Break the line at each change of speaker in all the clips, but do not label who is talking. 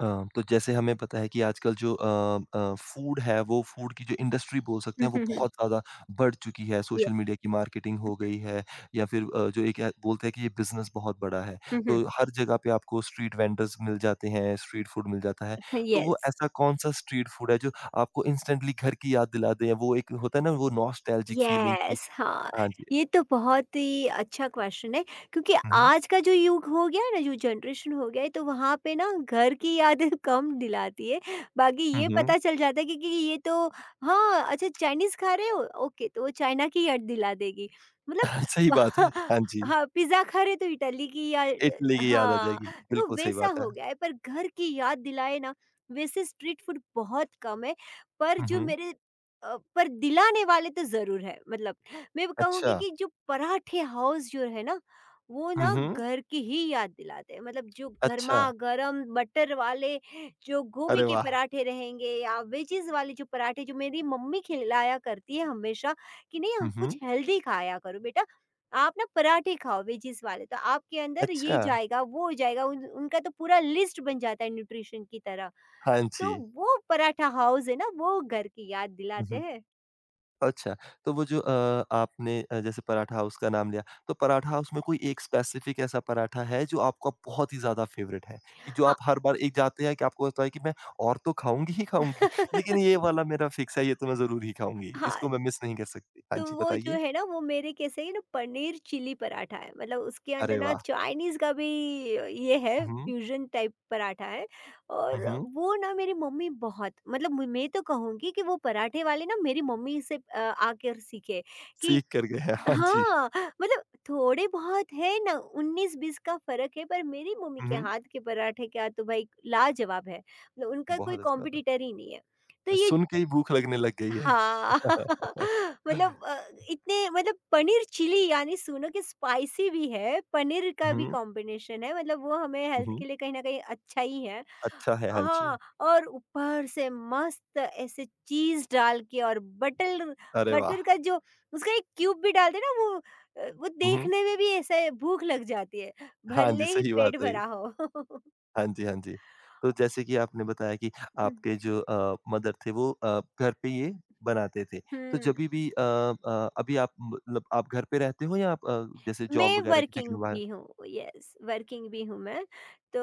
अ, तो जैसे हमें पता है कि आजकल जो फूड है वो फूड की जो इंडस्ट्री बोल सकते
Mhm,
हैं वो
mhm.
बहुत ज़्यादा बढ़ चुकी है।
Yeah.
सोशल मीडिया की मार्केटिंग हो गई है या फिर जो एक है बोलते हैं कि ये बिज़नेस बहुत बड़ा है।
Mhm.
तो हर जगह पे आपको स्ट्रीट वेंडर्स मिल जाते हैं, स्ट्रीट फूड मिल जाता है। तो वो
Yes.
ऐसा कौन-सा स्ट्रीट फूड है जो आपको इंस्टेंटली घर की याद दिला दे? वो एक होता है ना वो नॉस्टैल्जिक फीलिंग की
यस, हाँ।
हाँ जी।
ये तो बहुत ही अच्छा क्वेश्चन है, क्योंकि
हुँ, हुँ।
आज का जो युग हो गया है ना, जो जनरेशन हो गया है तो वहाँ पे ना घर की यादें कम दिलाती है। बाकी
हुँ,
ये
हुँ।
पता चल जाता है कि ये तो हाँ, अच्छा चाइनीज़ खा रहे हो? ओके, तो वो चाइना की याद दिला देगी। मतलब
सही बात है।
वहाँ
हाँ जी।
हाँ, पिज़्ज़ा खा रहे हो तो इटली की, या
इटली की याद आ
हाँ,
जाएगी।
तो
बिल्कुल सही
वैसा
बात है।
हो गया है पर घर की याद दिलाए ना, वैसे स्ट्रीट फूड बहुत कम है। पर
हुँ,
जो
हुँ।
मेरे पर दिलाने वाले तो ज़रूर है, मतलब मैं कहूँगी
अच्छा।
कि जो पराठे हाउस जो है ना, वो
हुँ,
ना
हुँ।
घर की ही याद दिलाते हैं। मतलब जो
अच्छा,
गरमा-गरम बटर वाले जो गोभी
अरे
के
वाह!
पराठे रहेंगे या वेजिज़ वाले जो पराठे जो मेरी मम्मी खिलाया करती है हमेशा कि नहीं हाँ,
हुँ,
कुछ
हुँ।
हेल्दी खाया करो बेटा। आप ना पराठे खाओ वेजिज़ वाले तो आपके अंदर ये
अच्छा,
जाएगा, वो जाएगा, उन उनका तो पूरा लिस्ट बन जाता है न्यूट्रिशन की तरह।
हाँ
तो
जी।
वो पराठा हाउस है ना, वो घर की याद
हुँ,
दिलाते
हुँ।
हैं।
अच्छा, तो वो जो आपने जैसे पराठा हाउस का नाम लिया, तो पराठा हाउस में कोई एक स्पेसिफ़िक ऐसा पराठा है जो आपका बहुत ही ज़्यादा फ़ेवरेट है? कि जो
हाँ।
आप हर बार एक जाते हैं कि आपको होता है कि मैं और तो खाऊँगी ही खाऊँगी, लेकिन ये वाला मेरा फ़िक्स है, ये तो मैं ज़रूर ही खाऊँगी,
हाँ,
इसको मैं मिस नहीं कर सकती। हाँ
तो
जी,
वो जो
बताइए।
है ना, वो मेरे कैसे है ना पनीर चिली पराठा है, मतलब उसके अंदर
अरे
ना
वाह!
चाइनीज का भी ये है,
हुँ, हुँ।
फ्यूजन टाइप पराठा है।
हुँ,
और
हुँ।
वो ना मेरी मम्मी बहुत, मतलब मैं तो कहूँगी कि वो पराठे वाले ना मेरी मम्मी से आकर सीखे कि
सीख कर गए हैं, हाँ जी।
हाँ, मतलब थोड़े बहुत है ना, उन्नीस बीस का फर्क है, पर मेरी मम्मी
हुँ,
के
हुँ।
हाथ के पराठे क्या तो भाई लाजवाब है, मतलब उनका कोई
बहुत अच्छी बात है।
कॉम्पिटिटर ही नहीं है। तो ये
सुन के ही भूख लगने लग गई है।
हाँ। मतलब इतने, मतलब पनीर चिली यानी सुनो कि स्पाइसी भी है, पनीर का भी
हुँ।
कॉम्बिनेशन है, मतलब वो हमें
हुँ,
हेल्थ के
हुँ।
लिए कहीं न कहीं अच्छा ही है।
अच्छा है, हाँ जी।
हाँ, और ऊपर से मस्त ऐसे चीज़ डाल के और बटर,
अरे वाह!
बटर का जो उसका एक क्यूब भी डालते हैं ना, वो वो
हुँ, हुँ।
देखने में भी ऐसे भूख लग जाती है,
हाँ
भले
जी,
ही
सही
पेट
बात है ये।
भरा हो।
हाँ जी, हाँ जी। तो जैसे कि आपने बताया कि आपके जो मदर थे वो घर पे ये बनाते थे। तो
हुँ।
जभी भी अभी आप मतलब आप घर पे रहते हो या आप जैसे जॉब
मैं
वगैरह की
वर्किंग
तकरीबन बाहर
भी हूँ, यस, वर्किंग भी हूँ मैं। तो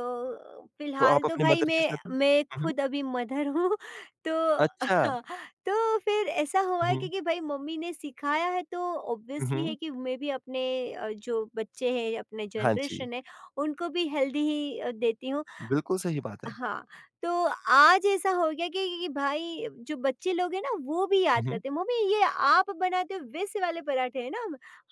तो
फ़िलहाल
आप
तो
अपने
भाई
मदर के
मैं
साथ हो?
मैं
हुँ, हुँ।
खुद अभी मदर हूँ। तो
अच्छा।
हाँ, तो फिर ऐसा हुआ है
हुँ,
क्योंकि भाई मम्मी ने सिखाया है तो
हुँ,
ऑब्वियसली है
हुँ।
कि मैं भी अपने जो बच्चे हैं, अपने
हाँ जी,
जनरेशन है, उनको भी हेल्दी ही देती हूँ।
बिल्कुल सही बात है।
हाँ, तो आज ऐसा हो गया कि भाई जो बच्चे लोग हैं ना, वो भी
हुँ,
याद
हुँ।
करते हैं, "मम्मी ये आप बनाते हो वैसे वाले पराठे हैं ना?"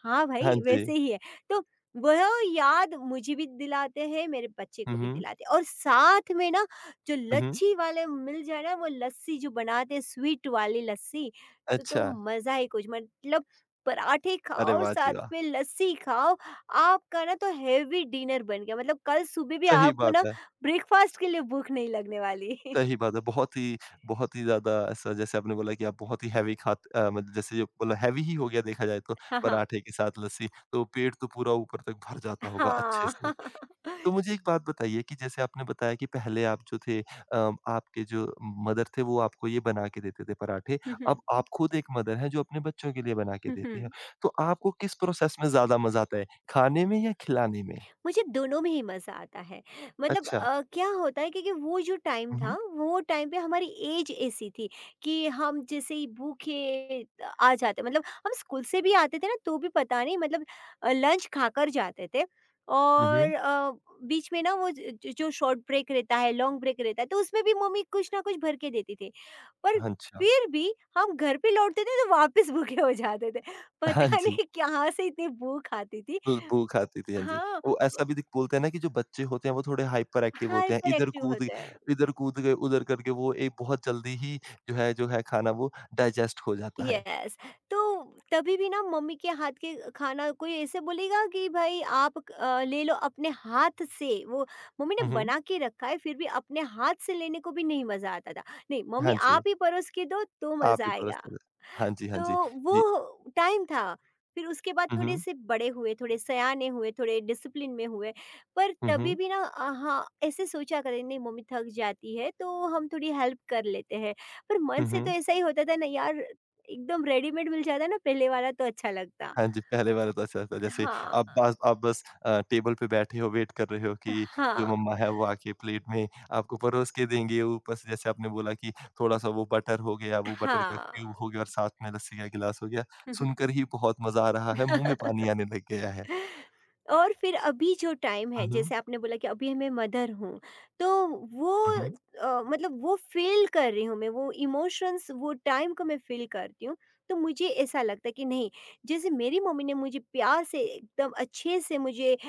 "हाँ
हाँ
भाई,
जी।
वैसे ही है।" तो वह याद मुझे भी दिलाते हैं, मेरे बच्चे
हुँ,
को भी
हुँ।
दिलाते हैं, और साथ में ना जो
हुँ, हुँ।
लच्छी वाले मिल जाए ना, वो लस्सी जो बनाते हैं, स्वीट वाली लस्सी, तो
अच्छा।
मज़ा ही कुछ, मतलब पराठे खाओ
अरे
और
वाह
साथ
जी वाह!
में लस्सी खाओ, आपका ना तो हेवी डिनर बन गया, मतलब कल सुबह भी
सही
आपको
बात
ना
है।
ब्रेकफास्ट के लिए भूख नहीं लगने वाली।
सही बात है। बहुत ही ज़्यादा ऐसा जैसे आपने बोला कि आप बहुत ही हैवी मतलब जैसे जो बोला हैवी ही हो गया देखा जाए तो,
हाँ, हाँ।
पराठे के साथ लस्सी, तो पेट तो पूरा ऊपर तक भर जाता होगा अच्छे
हाँ।
से। तो मुझे एक बात बताइए कि जैसे आपने बताया कि पहले आप जो थे आपके जो मदर थे वो आपको ये बना के देते थे पराठे,
हुँ,
अब
हुँ।
आप खुद एक मदर हैं जो अपने बच्चों के लिए बना के
हुँ,
देते हैं।
हुँ।
तो आपको किस प्रोसेस में ज़्यादा मज़ा आता है, खाने में या खिलाने में?
मुझे दोनों में ही मज़ा आता है। मतलब
अच्छा।
क्या होता है, क्योंकि वो जो टाइम
हुँ,
था,
हुँ।
वो टाइम पे हमारी एज ऐसी थी कि हम जैसे ही भूखे आ जाते, मतलब हम स्कूल से भी आते थे ना तो भी पता नहीं, मतलब लंच खाकर जाते थे,
हुँ, हुँ।
और बीच में ना वो ज ज- जो शॉर्ट ब्रेक रहता है, लॉन्ग ब्रेक रहता है, तो उसमें भी मम्मी कुछ ना कुछ भर के देती थी। पर
अच्छा।
फिर भी हम घर पे लौटते थे तो वापस भूखे हो जाते थे।
हाँ
पता
जी।
नहीं कहाँ से इतनी भूख आती थी।
खुशबू खाती थी, हाँ जी।
हाँ।
वो ऐसा भी दिख बोलते हैं ना कि जो बच्चे होते हैं वो थोड़े हाइपर एक्टिव होते हैं,
हाइपर एक्टिव होते हैं।
इधर कूद गए, उधर करके वो एक बहुत जल्दी ही जो है खाना वो डाइजेस्ट हो जाता है।
यस, तो तभी भी ना मम्मी के हाथ के खाना कोई ऐसे बोलेगा कि भाई आप ले लो अपने हाथ से, वो मम्मी ने
हुँ, हुँ।
बना के रखा है, फिर भी अपने हाथ से लेने को भी नहीं मजा आता था, नहीं मम्मी
हाँ जी,
आप ही परोस के दो तो
आप
मजा
ही
आएगा।
परोसते थे। हाँ जी, हाँ जी।
तो
जी।
वो टाइम था। फिर उसके बाद
हुँ, हुँ।
थोड़े-से बड़े हुए, थोड़े सयाने हुए, थोड़े डिसिप्लिन में हुए, पर
हुँ,
तभी
हुँ।
भी ना हाँ, ऐसे सोचा करें नहीं, मम्मी थक जाती है तो हम थोड़ी हेल्प कर लेते हैं। पर मन
हुँ,
से तो
हुँ।
ऐसा ही होता था ना यार, एकदम रेडीमेड मिल जाता ना पहले वाला तो अच्छा लगता।
हाँ जी, पहले वाला तो अच्छा था। जैसे
हाँ,
आप बस टेबल पे बैठे हो, वेट कर रहे हो कि
हाँ,
जो मम्मा है वो आके प्लेट में आपको परोस के देंगी। ऊपर से जैसे आपने बोला कि थोड़ा-सा वो बटर हो गया, वो बटर का
हाँ।
क्यूब हो गया और साथ में लस्सी का गिलास हो गया। सुनकर ही बहुत मज़ा आ रहा है, मुँह में पानी आने लग गया है।
और फिर अभी जो टाइम
हुँ,
है,
हुँ।
जैसे आपने बोला कि अभी मैं मदर हूँ, तो वो
हुँ, हुँ।
मतलब वो फील कर रही हूँ मैं, वो इमोशंस, वो टाइम को मैं फील करती हूँ, तो मुझे ऐसा लगता है कि नहीं, जैसे मेरी मम्मी ने मुझे प्यार से एकदम अच्छे से मुझे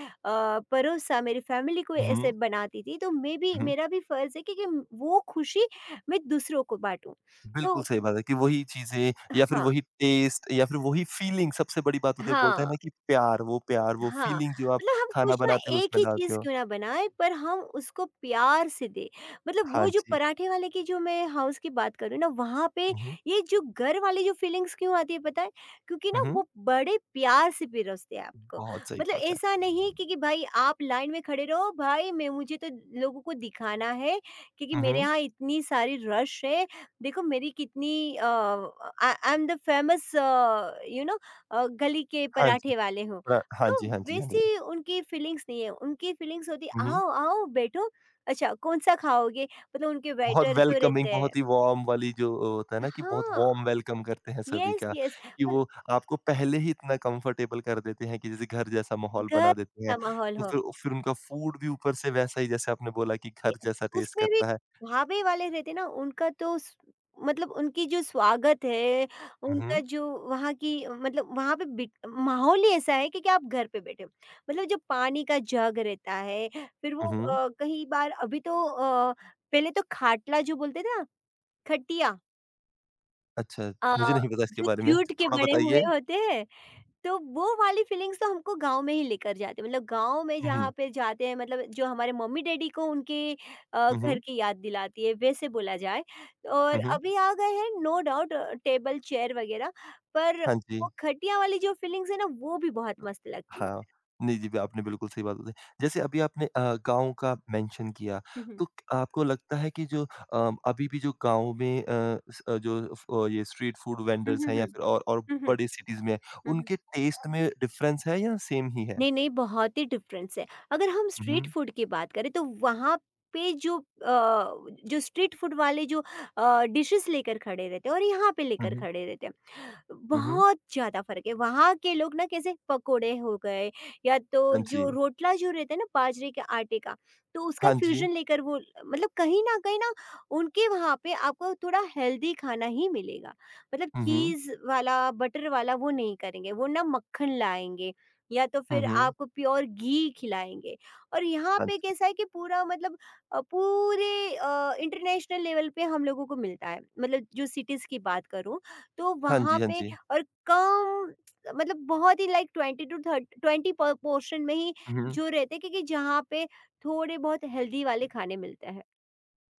परोसा, मेरी फैमिली को
हुँ,
ऐसे
हुँ।
बनाती थी, तो मैं भी,
हुँ,
मेरा भी फर्ज है कि वो खुशी मैं दूसरों को बांटूँ।
बिल्कुल
तो
सही बात है कि वही चीज़ें या फिर
हाँ,
वही टेस्ट या फिर वही फीलिंग सबसे बड़ी बात होती है, बोलते हैं
हाँ,
ना कि प्यार, वो
हाँ,
फीलिंग जो आप
मतलब हम
खाना
कुछ ना,
बनाते हो
एक
उसमें
ही
डालते
चीज़
हो।
क्यों ना बनाएँ, पर हम उसको प्यार से दें। मतलब
हाँ
वो जो
जी।
पराठे वाले की जो मैं हाउस की बात करूँ ना, वहाँ पे
हुँ, हुँ।
ये जो घर वाली जो फीलिंग्स क्यों आती है, पता है? क्योंकि
हुँ,
ना
हुँ।
वो बड़े प्यार से पिरोसते हैं आपको।
बहुत सही
मतलब
बात है।
ऐसा नहीं कि भाई आप लाइन में खड़े रहो, भाई मैं मुझे तो लोगों को दिखाना है क्योंकि
हुँ,
मेरे
हुँ।
यहाँ इतनी सारी रश है, देखो मेरी कितनी I I am the famous, गली के
हाँ जी।
पराठे वाले हूँ।
हाँ
तो
जी, हाँ जी, हाँ जी।
वैसी उनकी फीलिंग्स नहीं है, उनकी फीलिंग्स होती
हुँ,
है,
हुँ।
आओ, आओ बैठो, अच्छा कौन-सा खाओगे? मतलब उनके
बहुत
वेटर जो
वेलकमिंग,
रहते हैं,
बहुत ही वार्म वाली जो होता है ना कि बहुत
हाँ,
वार्म वेलकम करते हैं सभी
यस,
का,
यस।
कि
और
वो आपको पहले ही इतना कंफर्टेबल कर देते हैं कि जैसे घर जैसा माहौल
घर
बना देते हैं।
का माहौल
तो
हो,
फिर उनका फूड भी ऊपर से वैसा ही जैसे आपने बोला कि घर
यस।
जैसा टेस्ट
उसमें भी
करता है।
ढाबे वाले रहते हैं ना, उनका तो स मतलब उनकी जो स्वागत है,
हुँ,
उनका
हुँ।
जो वहाँ की, मतलब वहाँ पे बिट माहौल ही ऐसा है कि आप घर पे बैठे हो। मतलब जो पानी का जग रहता है, फिर वो
हुँ, हुँ।
कई बार अभी तो पहले तो खाटला जो बोलते थे, खटिया,
अच्छा,
अ,
मुझे नहीं पता इसके
जो
बारे में,
जूट के
थोड़ा
बने हुए
बताइए?
होते हैं, तो वो वाली फीलिंग्स तो हमको गाँव में ही लेकर जाते हैं। मतलब गाँव में
हुँ,
जहाँ
हुँ।
पे जाते हैं, मतलब जो हमारे मम्मी-डैडी को उनके
हुँ,
घर
हुँ।
की याद दिलाती है, वैसे बोला जाए। और
हुँ, हुँ।
अभी आ गए हैं नो डाउट टेबल, चेयर वगैरह, पर
हाँ जी।
वो खटिया वाली जो फीलिंग्स है ना, वो भी बहुत मस्त लगती है।
हाँ, नहीं जी, आपने बिल्कुल सही बात बताई। जैसे अभी आपने गाँव का मेंशन किया,
हुँ, हुँ।
तो क आपको लगता है कि जो अभी भी जो गाँव में अ, स अ, जो फ- अ, ये स्ट्रीट फूड
हुँ,
वेंडर्स
हुँ,
हैं या
हुँ।
फिर और
हुँ, हुँ।
बड़े सिटीज़ में हैं,
हुँ, हुँ।
उनके टेस्ट में डिफरेंस है या सेम ही है?
नहीं, नहीं, बहुत ही डिफरेंस है। अगर हम
हुँ,
स्ट्रीट
हुँ।
फूड की बात करें तो वहाँ पे जो जो स्ट्रीट फूड वाले जो डिशेज़ लेकर खड़े रहते हैं, और यहाँ पे
हुँ,
लेकर
हुँ।
खड़े रहते हैं।
हुँ, हुँ।
बहुत ज़्यादा फ़र्क है। वहाँ के लोग ना कैसे पकोड़े हो गए, या तो
हाँ जी।
जो रोटला जो रहता है ना बाजरे के आटे का, तो उसका
हाँ जी।
फ्यूज़न लेकर वो, मतलब कहीं न कहीं ना उनके वहाँ पे आपको थोड़ा हेल्दी खाना ही मिलेगा। मतलब
हुँ, हुँ।
चीज़ वाला, बटर वाला वो नहीं करेंगे, वो ना मक्खन लाएँगे, या तो
हुँ,
फिर
हुँ।
आपको प्योर घी खिलाएँगे। और यहाँ
हाँ
पे
जी।
कैसा है कि पूरा, मतलब पूरे इंटरनेशनल लेवल पे हम लोगों को मिलता है। मतलब जो सिटीज़ की बात करूँ तो
हाँ
वहाँ
जी, हाँ
पे,
जी।
और कम, मतलब बहुत ही लाइक 20 टू 30, 20 पर पोर्शन में ही
हुँ, हुँ।
जो रहते हैं, क्योंकि जहाँ पे थोड़े बहुत हेल्दी वाले खाने मिलते हैं।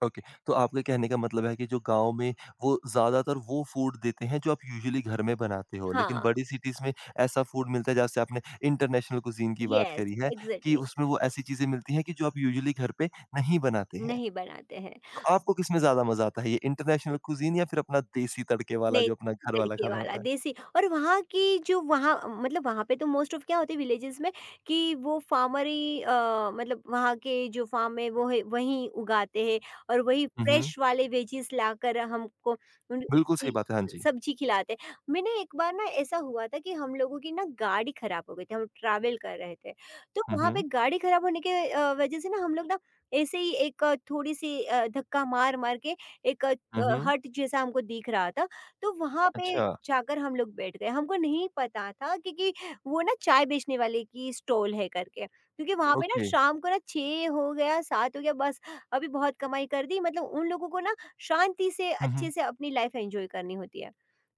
ओके, तो आपके कहने का मतलब है कि जो गाँव में वो ज़्यादातर वो फूड देते हैं जो आप यूजुअली घर में बनाते हो, लेकिन
हाँ,
बड़ी सिटीज़ में ऐसा फूड मिलता है जैसे आपने इंटरनेशनल कुज़ीन की बात
यस,
करी है कि
एग्ज़ैक्टली।
उसमें वो ऐसी चीज़ें मिलती हैं कि जो आप यूजुअली घर पे नहीं बनाते हैं।
नहीं बनाते हैं।
तो आपको किसमें ज़्यादा मज़ा आता है, ये इंटरनेशनल कुज़ीन या फिर अपना देसी तड़के वाला
नहीं,
जो अपना घर वाला
तड़के
खाना
वाला
होता है?
देसी, और वहाँ की जो वहाँ, मतलब वहाँ पे तो मोस्ट ऑफ क्या होते हैं विलेजेस में कि वो फार्मर ही मतलब वहाँ के जो फार्म है वो है वहीं उगाते हैं, और वही
हुँ, हुँ।
फ्रेश वाले वेजीज लाकर हमको उन
बिल्कुल सही
उसकी
बात है, हाँ जी।
सब्जी खिलाते हैं। मैंने एक बार ना ऐसा हुआ था कि हम लोगों की ना गाड़ी खराब हो गई थी, हम ट्रैवल कर रहे थे। तो
हुँ,
वहाँ पे
हुँ।
गाड़ी खराब होने के वजह से ना हम लोग ना ऐसे ही एक थोड़ी-सी धक्का मार-मार के एक
हुँ, हुँ।
हट जैसा हमको दिख रहा था। तो वहाँ पे
अच्छा,
जाकर हम लोग बैठ गए। हमको नहीं पता था क्योंकि वो ना चाय बेचने वाले की स्टॉल है करके। क्योंकि वहाँ पे ना
ओके।
शाम को ना 6 हो गया, 7 हो गया, बस अभी बहुत कमाई कर दी, मतलब उन लोगों को ना शांति से
हुँ,
अच्छे
हुँ।
से अपनी लाइफ एन्जॉय करनी होती है।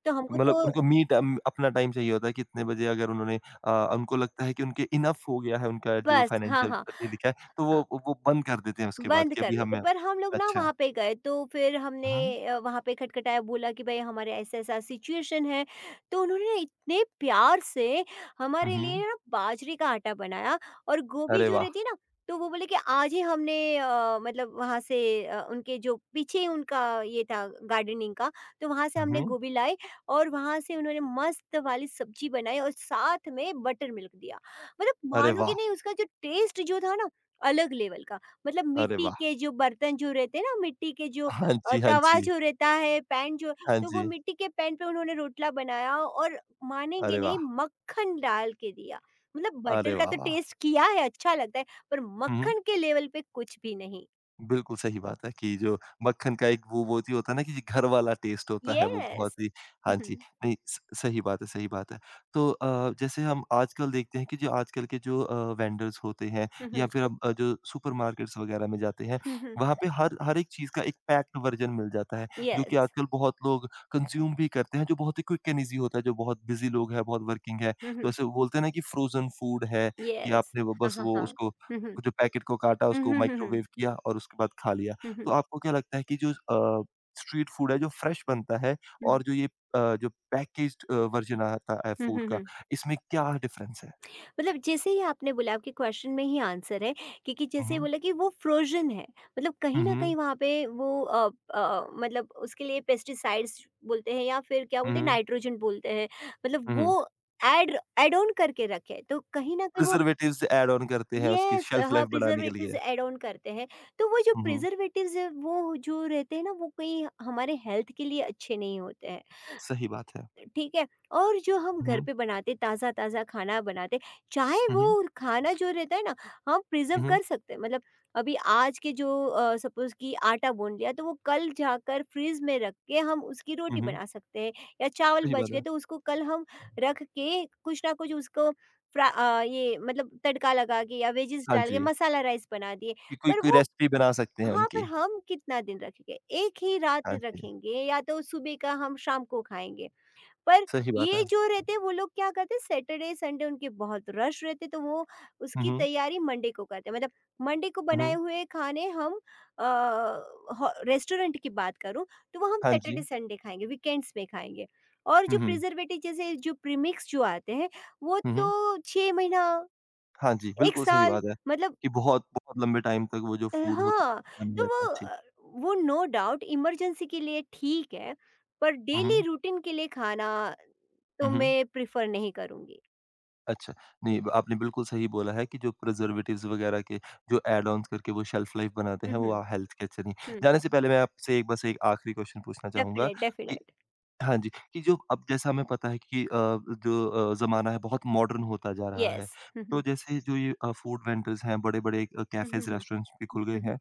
तो हमको
मतलब
तो
उनको मी टाइम अपना टाइम चाहिए होता है कि इतने बजे अगर उन्होंने उनको लगता है कि उनके इनफ हो गया है उनका जो
बस हाँ,
फाइनेंशियल
हाँ।
ये लिखा है, तो
हाँ।
वो बंद कर देते हैं उसके बाद
बंद
कि
कर
अभी
देते,
हमें
पर हम लोग ना
अच्छा।
वहाँ पे गए तो फिर हमने
हुँ,
वहाँ पे खटखटाया, बोला कि भाई हमारे ऐसा ऐसा सिचुएशन है, तो उन्होंने ना इतने प्यार से हमारे
हुँ,
लिए ना बाजरे का आटा बनाया, और गोभी
अरे
जो
वाह!
रहती है ना, तो वो बोले कि आज ही हमने मतलब वहाँ से उनके जो पीछे उनका ये था गार्डनिंग का, तो वहाँ से हमने
हुँ,
गोभी लाई, और वहाँ से उन्होंने मस्त वाली सब्जी बनाई, और साथ में बटर मिल्क दिया, मतलब
अरे
मानोगे
वाह!
नहीं उसका जो टेस्ट जो था ना, अलग लेवल का, मतलब
अरे
मिट्टी
वाह!
के जो बर्तन जो रहते हैं ना, मिट्टी के जो
हाँ जी, हाँ
तवा
जी।
जो रहता है, पैन जो,
हाँ
तो वो
जी।
मिट्टी के पैन पे उन्होंने रोटला बनाया और मानेंगे
अरे
नहीं
वाह!
मक्खन डाल के दिया। मतलब
अरे
बटर का
वाह,
तो
वाह!
टेस्ट किया है, अच्छा लगता है, पर
हुँ, हुँ।
मक्खन के लेवल पे कुछ भी नहीं।
बिल्कुल सही बात है कि जो मक्खन का एक वो जो होता है ना कि जी घर वाला टेस्ट होता है वो बहुत
येस।
ही
हुँ,
हाँ
हुँ।
जी, नहीं स सही बात है, सही बात है। तो जैसे हम आजकल देखते हैं कि जो आजकल के जो वेंडर्स होते हैं
हुँ,
या
हुँ।
फिर अब जो सुपरमार्केट्स वगैरह में जाते हैं,
हुँ, हुँ।
वहाँ पे हर हर एक चीज़ का एक पैक्ड वर्ज़न मिल जाता है, जो कि
येस।
आजकल बहुत लोग कंज़्यूम भी करते हैं, जो बहुत ही क्विक एंड ईज़ी होता है, जो बहुत बिज़ी लोग हैं, बहुत वर्किंग है।
हुँ,
तो
हुँ।
ऐसे बोलते हैं ना कि फ्रोज़न फूड है, कि
येस।
आपने वो
हाँ,
बस
हाँ,
वो
हाँ।
उसको
हुँ, हुँ।
जो पैकेट को काटा,
हुँ,
उसको
हुँ, हुँ, हुँ।
माइक्रोवेव किया और उसके बाद खा लिया।
हुँ,
तो
हुँ।
आपको क्या लगता है कि जो स्ट्रीट फूड है जो फ्रेश बनता है
हुँ,
और जो ये जो पैकेज्ड वर्ज़न आता है
हुँ,
फूड
हुँ,
का,
हुँ।
इसमें क्या डिफरेंस है?
मतलब जैसे ही आपने बोला, आपके क्वेश्चन में ही आंसर है, क्योंकि
हुँ,
जैसे
हुँ।
बोला कि वो फ्रोजन है। मतलब कहीं
हुँ,
ना कहीं
हुँ।
वहाँ पे वो मतलब उसके लिए पेस्टिसाइड्स बोलते हैं, या फिर क्या
हुँ,
बोलते हैं,
हुँ।
नाइट्रोजन बोलते हैं। मतलब
हुँ, हुँ।
वो एड एड ऑन करके रखे, तो कहीं ना कहीं वो।
प्रिज़र्वेटिव्स ऐड ऑन करते हैं उसकी
यस,
शेल्फ
हाँ,
लाइफ़ बढ़ाने के
प्रिजर्वेटिव्स
लिए।
एड ऑन करते हैं। तो वो जो
हुँ, हुँ।
प्रिजर्वेटिव्स है, वो जो रहते हैं ना, वो कहीं हमारे हेल्थ के लिए अच्छे नहीं होते हैं।
सही बात है।
ठीक है? और जो हम घर
हुँ,
पे बनाते, ताज़ा-ताज़ा खाना बनाते, चाहे
हुँ, हुँ,
वो खाना जो रहता है ना, हम प्रिज़र्व
हुँ,
कर सकते हैं। मतलब अभी आज के जो सपोज़ कि आटा गूँध लिया, तो वो कल जाकर फ्रिज में रख के हम उसकी
हुँ,
रोटी
हुँ।
बना सकते हैं। या चावल
सही
बच
बात
गए,
है।
तो उसको कल हम रख के कुछ ना कुछ उसको ये मतलब तड़का लगा के या वेजिस
हाँ
डाल के
जी,
मसाला राइस बना दिए।
कि कोई
पर
कोई
वो
रेसिपी बना सकते हैं
हाँ, पर
उनकी।
हम कितना दिन रखेंगे? एक ही रात
हाँ जी,
रखेंगे, या तो सुबह का हम शाम को खाएँगे। पर
सही बात
ये
है।
जो रहते हैं वो लोग क्या करते हैं, सैटरडे संडे उनके बहुत रश रहते, तो वो
हुँ,
उसकी
हुँ।
तैयारी मंडे को करते हैं। मतलब मंडे को
हुँ,
बनाए
हुँ।
हुए खाने हम अ, रेस्टोरेंट की बात करूं, तो वो हम
हाँ जी।
सैटरडे संडे खाएंगे, वीकेंड्स में खाएंगे। और
हुँ,
जो
हुँ।
प्रिजर्वेटिव, जैसे जो प्रीमिक्स जो आते हैं, वो
हुँ, हुँ।
तो छः महीना,
हाँ जी,
एक
बिल्कुल सही
साल।
बात है
मतलब
कि बहुत बहुत लंबे टाइम तक वो जो फूड होता
हाँ,
है बना
तो
रहता
वो
है, ठीक।
अ, वो नो डाउट इमरजेंसी के लिए ठीक है, पर
हुँ,
डेली
हुँ।
रूटीन के लिए खाना तो
हुँ, हुँ।
मैं प्रिफर नहीं करूंगी।
अच्छा, नहीं आपने बिल्कुल सही बोला है कि जो प्रिजर्वेटिव्स वगैरह के जो एड ऑन्स करके वो शेल्फ लाइफ़ बनाते हैं,
Mhm,
वो हेल्थ के अच्छे नहीं।
हुँ,
जाने से पहले मैं आपसे एक बस एक आखिरी क्वेश्चन पूछना चाहूँगा
डेफ़िनेट,
कि
डेफ़िनेट,
हाँ जी, कि जो अब जैसा हमें पता है कि जो ज़माना है बहुत मॉडर्न होता जा रहा है।
येस। हुँ, हुँ,
तो जैसे जो ये फूड वेंडर्स हैं, बड़े-बड़े
हुँ, हुँ,
कैफ़ेज़,
हुँ,
रेस्टोरेंट्स भी खुल गए
हुँ, हुँ,
हैं।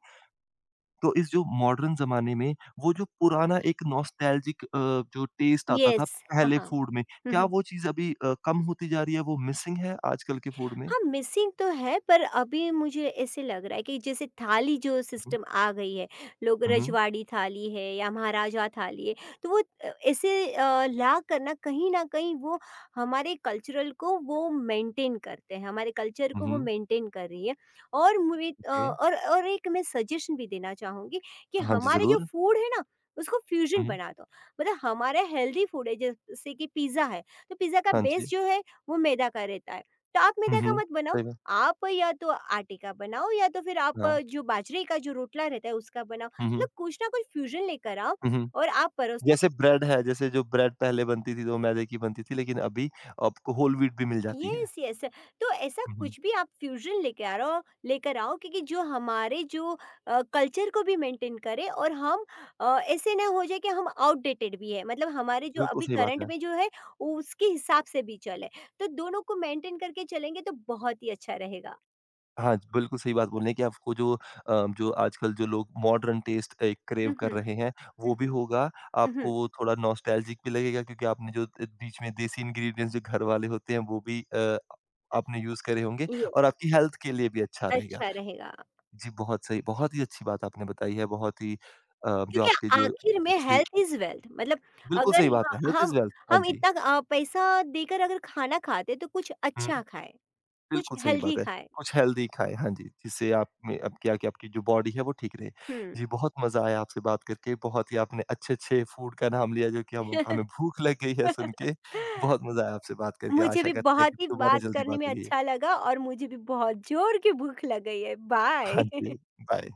तो इस जो मॉडर्न ज़माने में वो जो पुराना एक नॉस्टैल्जिक जो टेस्ट आता था
येस, हाँ,
पहले
हाँ।
फूड में, क्या
हुँ,
वो चीज़ अभी कम होती जा रही है, वो मिसिंग है आजकल के फूड में?
हाँ, मिसिंग तो है, पर अभी मुझे ऐसे लग रहा है कि जैसे थाली जो
हुँ,
सिस्टम आ गई है, लोग
हुँ,
रजवाड़ी थाली है या महाराजा थाली है, तो वो ऐसे ला कर ना, कहीं न कहीं वो हमारे कल्चरल को वो मेंटेन करते हैं, हमारे कल्चर को वो
हुँ,
मेंटेन कर रही है। और मुझे
ओके।
और एक मैं सजेशन भी देना चाहूँगी कि
हाँ जी,
हमारे जो
ज़रूर।
फूड है ना, उसको फ्यूज़न
हुँ,
बना दो। मतलब हमारा हेल्दी फूड है, जैसे कि पिज़्ज़ा है, तो पिज़्ज़ा का
हाँ
बेस
जी।
जो है, वो मैदा का रहता है। तो आप
हुँ,
मैदा का
हुँ,
मत बनाओ,
सही बात
आप या तो आटे का बनाओ, या तो फिर आप
हाँ।
जो बाजरे का जो रोटला रहता है उसका बनाओ।
हुँ, हुँ,
मतलब कुछ ना कुछ फ्यूज़न लेकर आओ
हुँ, हुँ।
और आप परोसो।
जैसे ब्रेड है, जैसे जो ब्रेड पहले बनती थी, तो मैदे की बनती थी, लेकिन अभी आपको होल व्हीट भी मिल जाती है।
Yes, yes. तो ऐसा
हुँ, हुँ,
कुछ भी आप फ्यूज़न लेके आ रहो, लेकर आओ, क्योंकि जो हमारे जो कल्चर को भी मेंटेन करे, और हम ऐसे ना हो जाए कि हम आउटडेटेड भी है। मतलब हमारे जो
बिल्कुल
अभी
सही बात
करंट
है।
में जो है, उसके हिसाब से भी चले। तो दोनों को मेंटेन करके चलेंगे तो बहुत ही अच्छा रहेगा।
हाँ, बिल्कुल सही बात बोल रहे हैं कि आपको जो जो आजकल जो लोग मॉडर्न टेस्ट एक क्रेव
हुँ,
कर
हुँ।
रहे हैं,
हुँ,
वो भी
हुँ।
होगा।
हुँ, हुँ।
आपको वो थोड़ा नॉस्टैल्जिक भी लगेगा क्योंकि आपने जो बीच में देसी इंग्रीडिएंट्स जो घर वाले होते हैं वो भी आपने यूज़ करे होंगे
ये
और आपकी हेल्थ के लिए भी अच्छा रहेगा।
अच्छा रहेगा,
जी, बहुत सही, बहुत ही अच्छी बात आपने बताई है, बहुत ही जो
क्योंकि
आपके जो
आखिर में
टिप्स थी
हेल्थ इज़ वेल्थ। मतलब
बिल्कुल
अगर
सही बात है,
ह
हेल्थ इज़ वेल्थ। हाँ
हम
जी।
इतना पैसा देकर अगर खाना खाते, तो कुछ
हुँ।
अच्छा खाएँ, कुछ
बिल्कुल सही
हेल्दी
बात है।
खाएँ।
कुछ हेल्दी खाएँ, हाँ जी, जिससे आप में अब क्या कि आपकी जो बॉडी है वो ठीक रहे।
हुँ।
जी, बहुत मज़ा आया आपसे बात करके, बहुत ही आपने अच्छे-अच्छे फूड का नाम लिया जो कि हम हमें भूख लग गई है सुन के। बहुत मज़ा आया आपसे बात करके,
मुझे
आशा
भी
करते हैं
बहुत
कि
ही
दोबारा
बात
जल्दी
करने
बात
में
होगी।
अच्छा लगा, और मुझे भी बहुत ज़ोर की भूख लग गई है।
हाँ जी,
बाय।
बाय।